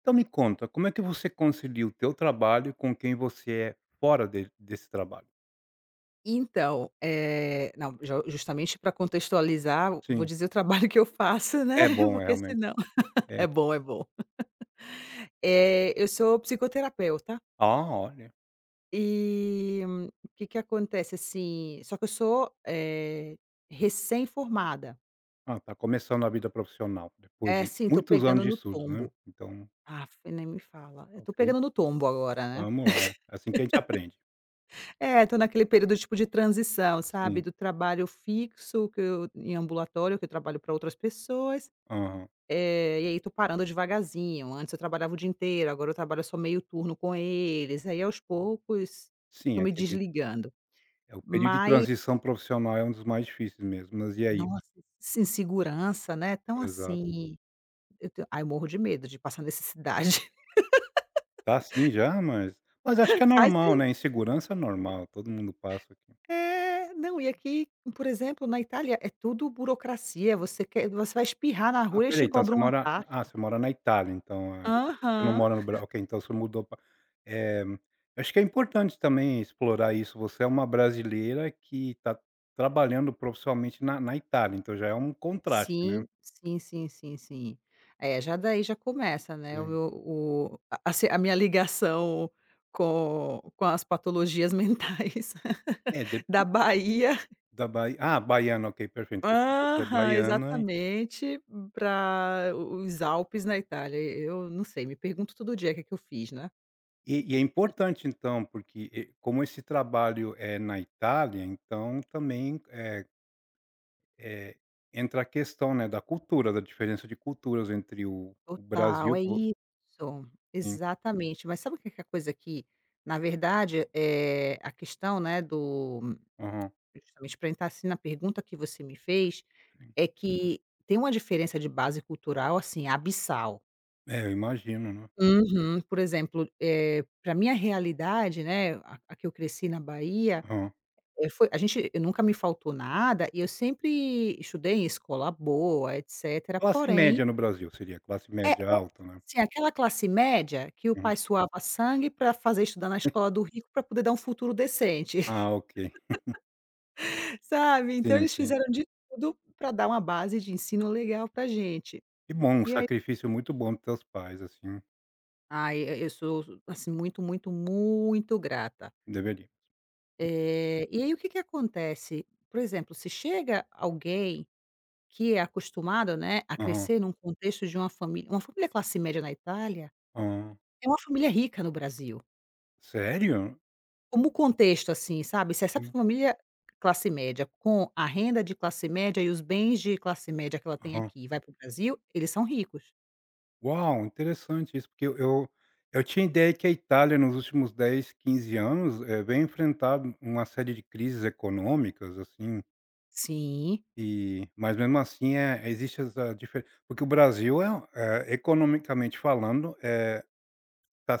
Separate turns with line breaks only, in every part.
Então me conta, como é que você concilia o teu trabalho com quem você é fora de desse trabalho?
Então, não, jo justamente para contextualizar, vou
Sim,
dizer o trabalho que eu faço, né,
é bom, é
porque
realmente,
senão
é.
é bom, é bom. Eu sou psicoterapeuta
Ah, olha,
e o que que acontece, assim, só que eu sou, recém-formada.
ah, tá começando a vida profissional, depois
É,
de
assim, tô
muitos anos
pegando
de
no
estudos, né.
tombo.
Então,
Ah, nem me fala. Eu tô
ok,
pegando no tombo agora, né.
vamos lá, é assim que a gente aprende.
É, tô naquele período, tipo, de transição,
Sim,
sabe, do trabalho fixo que eu em ambulatório, que eu trabalho para outras pessoas.
aham.
E aí tô parando devagarzinho. Antes eu trabalhava o dia inteiro, agora eu trabalho só meio turno com eles. Aí aos poucos
Sim,
tô me
aquele
desligando.
é o período de
Mas,
transição profissional é um dos mais difíceis mesmo, mas e aí?
nossa, essa insegurança, né, tão
Exato.
assim, eu tenho, ai, eu morro de medo de passar necessidade.
Tá sim já, mas acho que é
Aí você
normal, né, insegurança é normal, todo mundo passa.
é, não, e aqui, por exemplo, na Itália é tudo burocracia, você vai espirrar na
Ah,
rua, e eles
espera aí,
te
então você
cobram uma
mora
taxa.
ah, você mora na Itália, então, você não
Aham.
mora no Brasil. Ok, então você mudou pra eh, acho que é importante também explorar isso, você é uma brasileira que está trabalhando profissionalmente na Itália, então já é um contraste, né.
Sim, sim, sim, sim, sim. É, já daí já começa, né, o
Sim.
meu o a assim, a minha ligação com as patologias mentais
É,
da
depe
Bahia.
da Bahia. Ah, baiana, ok, perfeito, você é
Aham,
baiana
exatamente, para os Alpes na Itália. Eu não sei, me pergunto todo dia o que é que eu fiz, né.
e é importante então, porque, como esse trabalho é na Itália, então também, eh Eh, entra a questão, né, da cultura, da diferença de culturas entre o
Total,
Brasil
é
que vo
isso.
sim,
Exatamente. Mas sabe o que que é a coisa que na verdade, é a questão, né, do
aham,
justamente para entrar, assim, na pergunta que você me fez.
sim.
É que tem uma diferença de base cultural, assim, abissal.
É, eu imagino, né.
Uhum. Por exemplo, pra minha realidade, né, a que eu cresci na Bahia,
Aham.
eh, foi a gente eu nunca me faltou nada e eu sempre estudei em escola boa, etcétera,
Classe
porém,
média no Brasil seria, classe
é é
média alta, né.
assim, aquela classe média que o
Uhum.
pai suava sangue para fazer estudar na escola do rico para poder dar um futuro decente,
Ah, ok.
sabe. Então
Sim,
eles
sim.
fizeram de tudo para dar uma base de ensino legal para gente.
Que bom, um
E aí,
sacrifício muito bom dos teus pais, assim,
ai e eu sou, assim, muito, muito, muito grata.
deveria.
E aí o que que acontece? Por exemplo, se chega alguém que é acostumado, né, a
Aham,
crescer num contexto de uma família classe média na Itália
aham.
é uma família rica no Brasil.
Sério?
Como contexto, assim, sabe, se essa
Sim.
família classe média, com a renda de classe média e os bens de classe média que ela tem
Aham.
aqui, vai para o Brasil, eles são ricos.
Uau, interessante isso, porque eu tinha ideia que a Itália nos últimos 10 a 15 anos, vem enfrentar uma série de crises econômicas, assim
Sim,
E mas mesmo assim, existe essa dife porque o Brasil é um eh, economicamente falando, eh, tá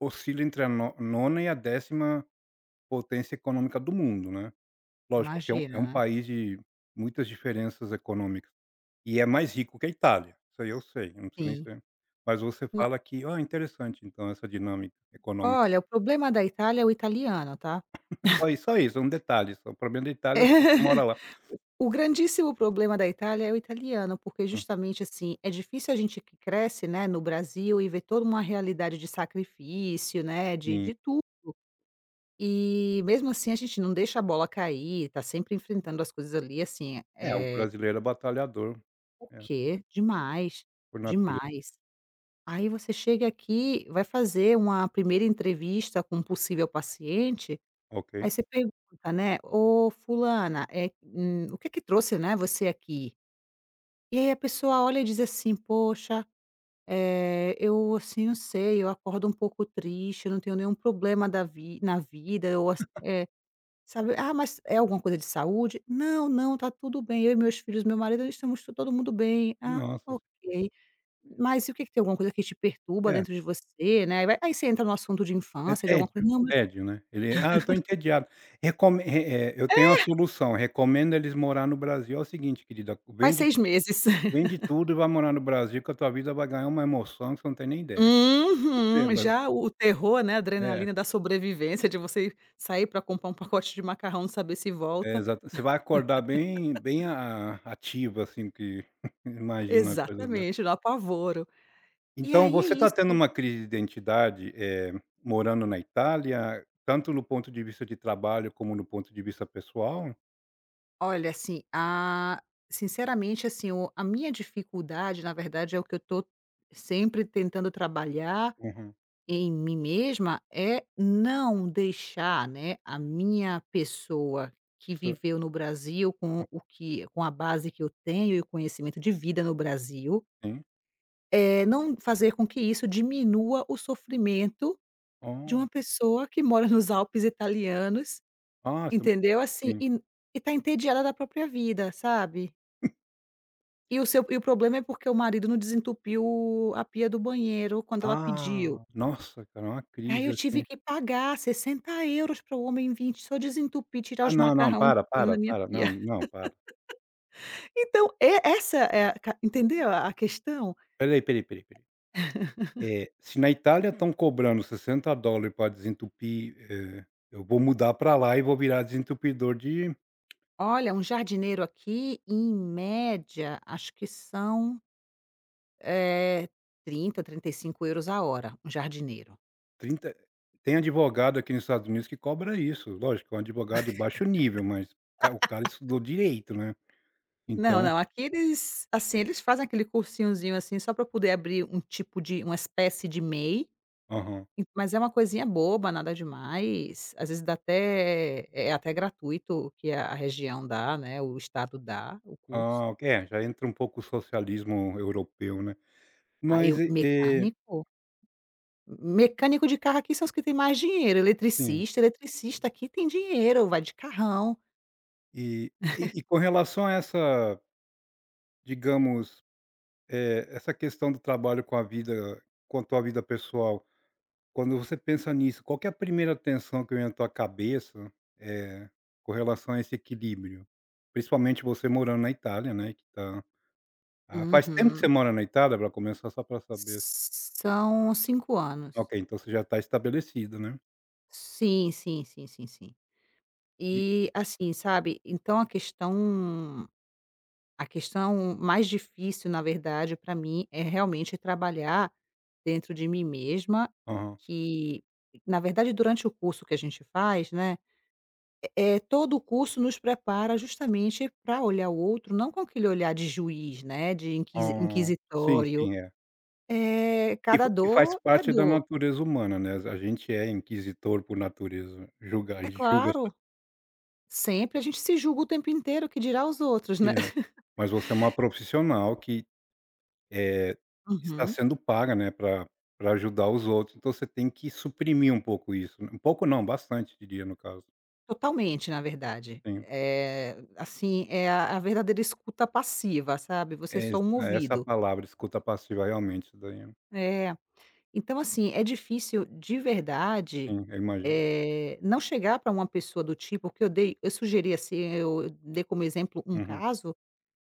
oscila entre a no nona e a décima potência econômica do mundo, né. Lógico que é
imagina,
um
né.
país de muitas diferenças econômicas, e é mais rico que a Itália, isso aí eu sei, eu não preciso nem
Sim.
ser mas você
Ma
fala que: "Ó, interessante então essa dinâmica econômica".
Olha, o problema da Itália é o italiano, tá?
É só isso só isso, é um detalhe só, o problema da Itália é o povo que mora lá.
O grandíssimo problema da Itália é o italiano, porque
Hã,
justamente, assim, é difícil a gente que cresce, né, no Brasil e vê toda uma realidade de sacrifício, né, de
sim.
de tudo, e mesmo assim a gente não deixa a bola cair, tá sempre enfrentando as coisas ali, assim,
É, o
é
brasileiro é batalhador,
o
é,
quê? Demais,
por natureza.
demais. Aí você chega aqui, vai fazer uma primeira entrevista com um possível paciente,
Ok.
aí você pergunta, né: "Ô fulana, o que que trouxe, né, você aqui?" E aí a pessoa olha e diz assim: "Poxa, eu, assim, não sei, eu acordo um pouco triste, eu não tenho nenhum problema da vi na vida", ou sabe: "Ah, mas é alguma coisa de saúde?". "Não, não, tá tudo bem, eu e meus filhos, meu marido, estamos todo mundo bem". "Ah,
Nossa,
ok". "Mas e o que que tem alguma coisa que te perturba
é,
dentro de você, né?". Vai aí você entra no assunto de
é
infância, de alguma coisa:
tédio,
"Não, mas
tédio, né. Ele: "Ah, eu estou entediado". Recomen eu tenho uma
É.
solução, recomendo eles morar no Brasil. É o seguinte, querida,
Faz
vende
6 meses".
vende tudo e vai morar no Brasil que a tua vida vai ganhar uma emoção que você não tem nem ideia. É,
Uhum.
mas
Já o terror, né, a
é,
adrenalina da sobrevivência, de você sair para comprar um pacote de macarrão, não saber se
é
volta.
exato. Você vai acordar bem a ativa, assim, que imagina uma coisa dessa.
Exatamente, no apavoro. E
Então
aí é
você está tendo
isso.
uma crise de identidade, morando na Itália, tanto no ponto de vista de trabalho como no ponto de vista pessoal?
Olha, assim, a sinceramente, assim, o a minha dificuldade, na verdade, é o que eu tô sempre tentando trabalhar
Uhum.
em mim mesma, é não deixar, né, a minha pessoa que
Cer
viveu no Brasil com a base que eu tenho e o conhecimento de vida no Brasil.
Sim.
Não fazer com que isso diminua o sofrimento de uma
Oh,
pessoa que mora nos Alpes italianos,
nossa,
entendeu, assim,
sim.
e tá entediada da própria vida, sabe. E o seu e o problema é porque o marido não desentupiu a pia do banheiro quando ela pediu.
Ah, nossa, cara, uma
Aí
crise,
eu
assim.
tive que pagar 60 euros para o homem vinte só desentupir, tirar
Ah,
os
não, não,
macarrão
para,
entupindo
para,
na minha
para, não,
pia.
não, para.
Então, é essa é a ca entendeu a questão?
Espera aí, espera aí, espera se na Itália estão cobrando $60 para desentupir, eu vou mudar para lá e vou virar desentupidor de
Olha, um jardineiro aqui, em média, acho que são É, 30, 35 euros a hora, um jardineiro.
trinta tem advogado aqui nos Estados Unidos que cobra isso, lógico, é um advogado de baixo nível, mas o cara estudou direito, né.
Não,
Então
não, aqui eles, assim, eles fazem aquele cursinhozinho, assim, só para poder abrir um tipo de uma espécie de MEI,
aham.
e mas é uma coisinha boba, nada demais, às vezes dá até gratuito o que a região dá, né, o estado dá o curso.
Ah, ok, é, já entra um pouco o socialismo europeu, né.
Aí
Mas,
o
e eh
mecânico de carro aqui são os que têm mais dinheiro,
Sim.
eletricista aqui tem dinheiro, vai de carrão.
E com relação a essa, digamos, essa questão do trabalho com a vida quanto à vida pessoal, quando você pensa nisso, qual que é a primeira tensão que vem na tua cabeça, eh, com relação a esse equilíbrio? Principalmente você morando na Itália, né, que tá ah, faz tempo que você
Uhum.
mora na Itália para começar, só para saber?
São 5 anos.
Ok, então você já está estabelecido né?
Sim, sim, sim, sim, sim.
E
E, assim, sabe, então a questão mais difícil, na verdade, para mim, é realmente trabalhar dentro de mim mesma,
aham.
que na verdade, durante o curso que a gente faz, né, é todo o curso nos prepara justamente para olhar o outro não com aquele olhar de juiz, né, de
Ah, sim,
inquisitório.
sim, é.
É
E
cada
fa e faz parte da
dor.
natureza humana, né, a gente é inquisitor por natureza, julga. A
É
gente julga as
claro, sempre a gente se julga o tempo inteiro, que dirá os outros, né.
crianças. Mas você é uma profissional que, eh, está
Uhum.
sendo paga, né, para ajudar os outros, então você tem que suprimir um pouco isso, né? Um pouco não, bastante diria no caso.
Totalmente, na verdade.
Sim,
É assim, é a verdadeira escuta passiva, sabe, você
é
é só
exa
um
é essa
ouvido.
palavra, escuta passiva realmente isso daí, né?
É. Então, assim, é difícil de verdade,
Sim, eu imagino.
não chegar para uma pessoa do tipo que eu sugeri, assim, eu dei como exemplo um
Uhum,
caso,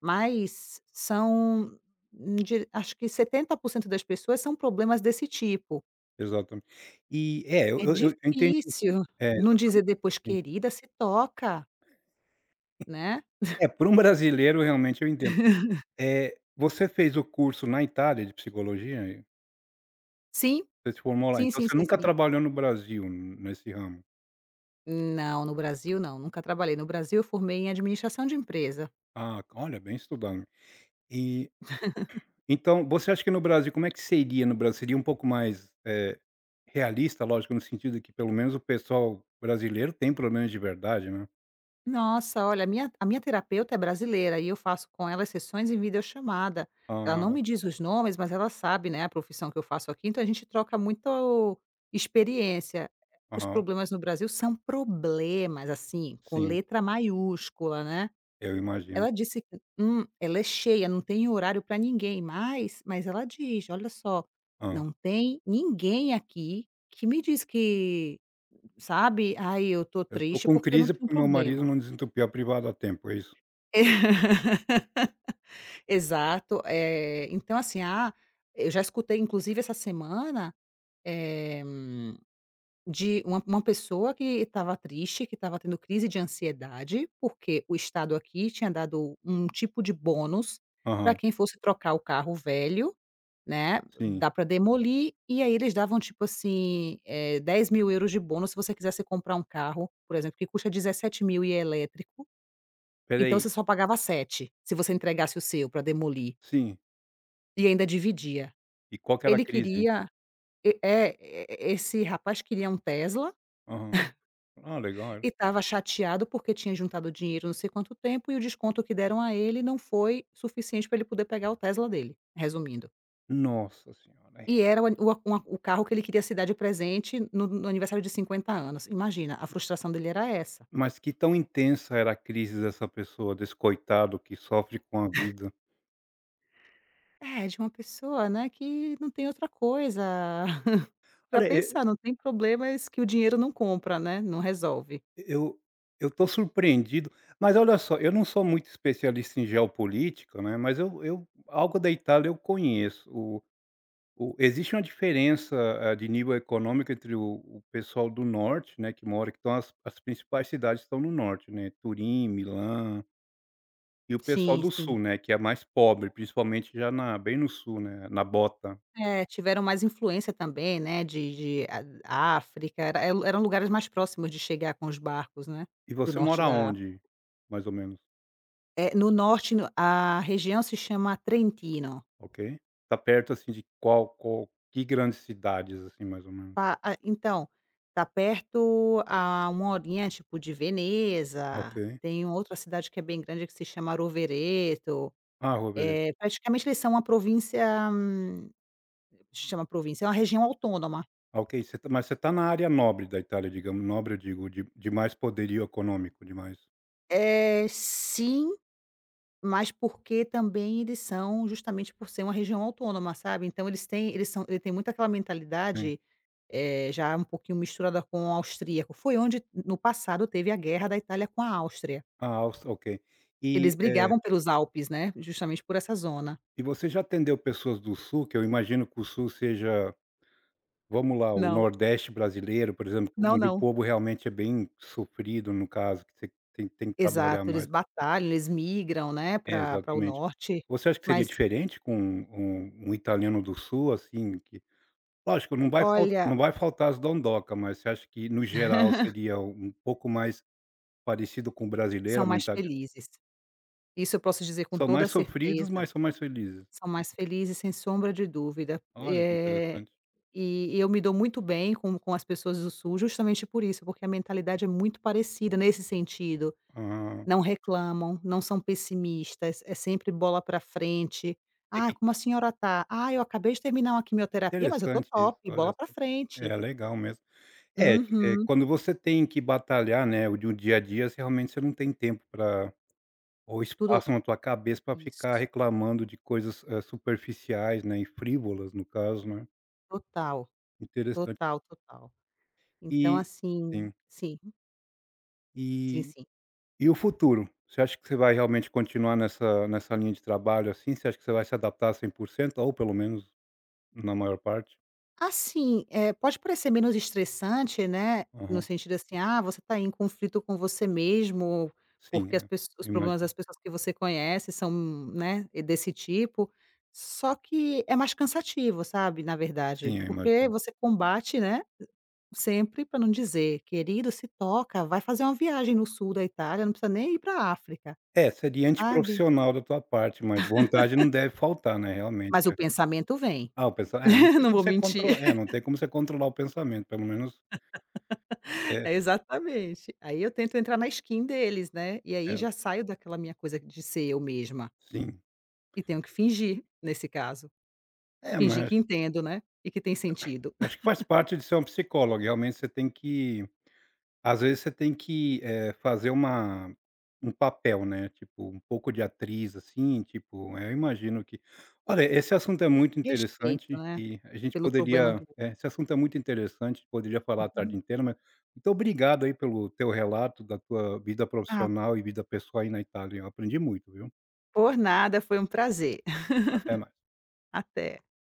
mas são de acho que 70% das pessoas são problemas desse tipo.
exatamente. E é, eu
É
eu eu entendi.
difícil
É,
não dizer
exatamente.
depois:
Sim.
"Querida, se toca", né.
É, para um brasileiro realmente eu entendo. Eh, você fez o curso na Itália de psicologia?
Sim,
Você se formou lá,
sim,
então
sim,
você
sim,
nunca
sim.
trabalhou no Brasil nesse ramo?
Não, no Brasil não, nunca trabalhei. No Brasil eu formei em administração de empresa.
Ah, olha, bem estudado. E então você acha que no Brasil como é que seria no Brasil? Seria um pouco mais, realista, lógico, no sentido que pelo menos o pessoal brasileiro tem problemas de verdade, né.
Nossa, olha, a minha terapeuta é brasileira e eu faço com ela sessões em videochamada. Ela
Ah,
não me diz os nomes, mas ela sabe, né, a profissão que eu faço aqui, então a gente troca muito experiência. Os
aham,
problemas no Brasil são problemas, assim, com
sim,
letra maiúscula, né?
eu imagino.
Ela disse que, ela é cheia, não tem horário para ninguém mais, mas ela diz: "Olha só,
Ah,
não tem ninguém aqui que me diz que, sabe, ai, eu tô
eu estou
triste
com
porque eu não
crise
tenho
porque meu marido
problema".
não desentupiu a privada a tempo, é isso?
Exato, então assim, ah, eu já escutei inclusive essa semana, eh De uma pessoa que estava triste, que estava tendo crise de ansiedade, porque o estado aqui tinha dado um tipo de bônus para
Aham,
quem fosse trocar o carro velho, né,
sim.
dá para demolir, e aí eles davam tipo assim, 10.000 euros de bônus se você quisesse comprar um carro, por exemplo, que custa 17.000 e é elétrico,
Espera
então
aí.
você só pagava 7 se você entregasse o seu para demolir,
Sim.
e ainda dividia.
E qual que era a
Ele
crise?
queria e é, e esse rapaz queria um Tesla.
Aham. Ah, legal.
E estava chateado porque tinha juntado dinheiro não sei quanto tempo e o desconto que deram a ele não foi suficiente para ele poder pegar o Tesla dele, resumindo.
Nossa senhora, é.
E era o an o a uma o carro que ele queria se dar de presente no aniversário de 50 anos. Imagina, a frustração dele era essa.
Mas que tão intensa era a crise dessa pessoa, desse coitado que sofre com a vida.
É, de uma pessoa, né, que não tem outra coisa para
Olha, e
pensar, não tem problemas que o dinheiro não compra, né, não resolve.
eu eu tô surpreendido, mas olha só, eu não sou muito especialista em geopolítica, né, mas eu algo da Itália eu conheço. O existe uma diferença, de nível econômico entre o pessoal do norte, né, que mora que estão as principais cidades estão no norte, né, Turim, Milão E o pessoal
Sim,
do sul,
sim.
né, que é mais pobre, principalmente já na bem no sul, né, na bota.
É, tiveram mais influência também, né, de a África, eram lugares mais próximos de chegar com os barcos, né,
E
do
você
norte
mora
da África.
onde, mais ou menos?
É, no norte no a região se chama Trentino,
Ok. Tá perto, assim, de qual qual que grandes cidades, assim, mais ou menos?
pa a então, tá perto a uma horinha, tipo, de
Ok.
Veneza, tem uma outra cidade que é bem grande que se chama Rovereto,
Ah, rua Vereda.
praticamente eles são uma província, hum, se chama província, é uma região autônoma.
Ok, você tá mas você está na área nobre da Itália, digamos, nobre eu digo, de mais poderio econômico, de mais
É, sim. Mas porque também eles são justamente por ser uma região autônoma, sabe, então eles têm eles são ele tem muito aquela
sim.
mentalidade, já um pouquinho misturada com o austríaco. Foi onde no passado teve a guerra da Itália com a Áustria.
Ah, Áustria, ok. E,
Eles brigavam pelos Alpes, né, justamente por essa zona.
e você já atendeu pessoas do sul, que eu imagino que o sul seja Vamos lá, o
Não,
nordeste brasileiro, por exemplo,
não,
onde o
não.
povo realmente é bem sofrido, no caso, que você tem que trabalhar
Exato, eles
mais.
batalham, eles migram, né,
É,
Para pra o
exatamente.
norte,
Você acha que seria
mas
diferente com um italiano do sul, assim, que lógico, não vai fal
olha,
não vai faltar as dondoca, mas você acha que, no geral, seria um pouco mais parecido com o brasileiro,
são
a
mais
mentalidade?
felizes. Isso eu posso dizer com
São
toda
mais
a
sofridos,
certeza.
mas são mais felizes.
São mais
Tipo,
felizes, sem sombra de dúvida.
olha que
Eh,
interessante.
e e eu me dou muito bem com as pessoas do sul justamente por isso, porque a mentalidade é muito parecida nesse sentido.
Ah,
Não reclamam, não são pessimistas, é sempre bola para frente.
é
"Ah,
que
como a senhora tá?". "Ah, eu acabei de terminar uma quimioterapia, mas eu tô
interessante isso,
top,
olha
bola para
só.
frente".
É, legal mesmo. É,
Uhum.
quando você tem que batalhar, né, o do dia a dia, você realmente você não tem tempo para ou
Tudo
espaço na tua cabeça para ficar
isso.
reclamando de coisas, superficiais, né, e frívolas no caso, né.
Total,
Interessante.
total, total. Então
E
assim,
sim.
sim, sim,
E
sim.
e o futuro? Você acha que você vai realmente continuar nessa nessa linha de trabalho, assim? Você acha que você vai se adaptar 100% ou pelo menos na maior parte?
Assim, pode parecer menos estressante, né, no
Aham.
sentido assim, ah, você está em conflito com você mesmo,
Sim,
porque as
é,
pesso os
eu
problemas
imagino.
das pessoas que você conhece são, né, desse tipo, só que é mais cansativo, sabe, na
Sim,
verdade,
eu
porque
imagino.
você combate, né, sempre para não dizer: "Querido, se toca, vai fazer uma viagem no sul da Itália, não precisa nem ir pra África",
É, seria
sabe.
antiprofissional da tua parte, mas vontade não deve faltar, né, realmente.
Mas o pensamento vem,
Ah, o pessoal, é, não tem
não
como
vou
você contro
mentir.
é, não tem como você controlar o pensamento, pelo menos é
É, exatamente. Aí eu tento entrar na skin deles, né, e aí
é,
já saio daquela minha coisa de ser eu mesma,
sim.
e tenho que fingir, nesse caso.
É,
Fingir
mas
que entendo, né, e que tem sentido.
acho que faz parte de ser um psicólogo, realmente você tem que Às vezes você tem que, fazer uma um papel, né, tipo, um pouco de atriz, assim, tipo, eu imagino que olha, esse assunto é muito
Respeito,
interessante
né,
e a gente
pelo problema
poderia
do.
é, esse assunto é muito interessante, poderia falar a tarde inteira, mas muito obrigado aí pelo teu relato da tua vida
Ah,
profissional e vida pessoal aí na Itália, eu aprendi muito, viu.
por nada, foi um prazer.
Até mais.
Até.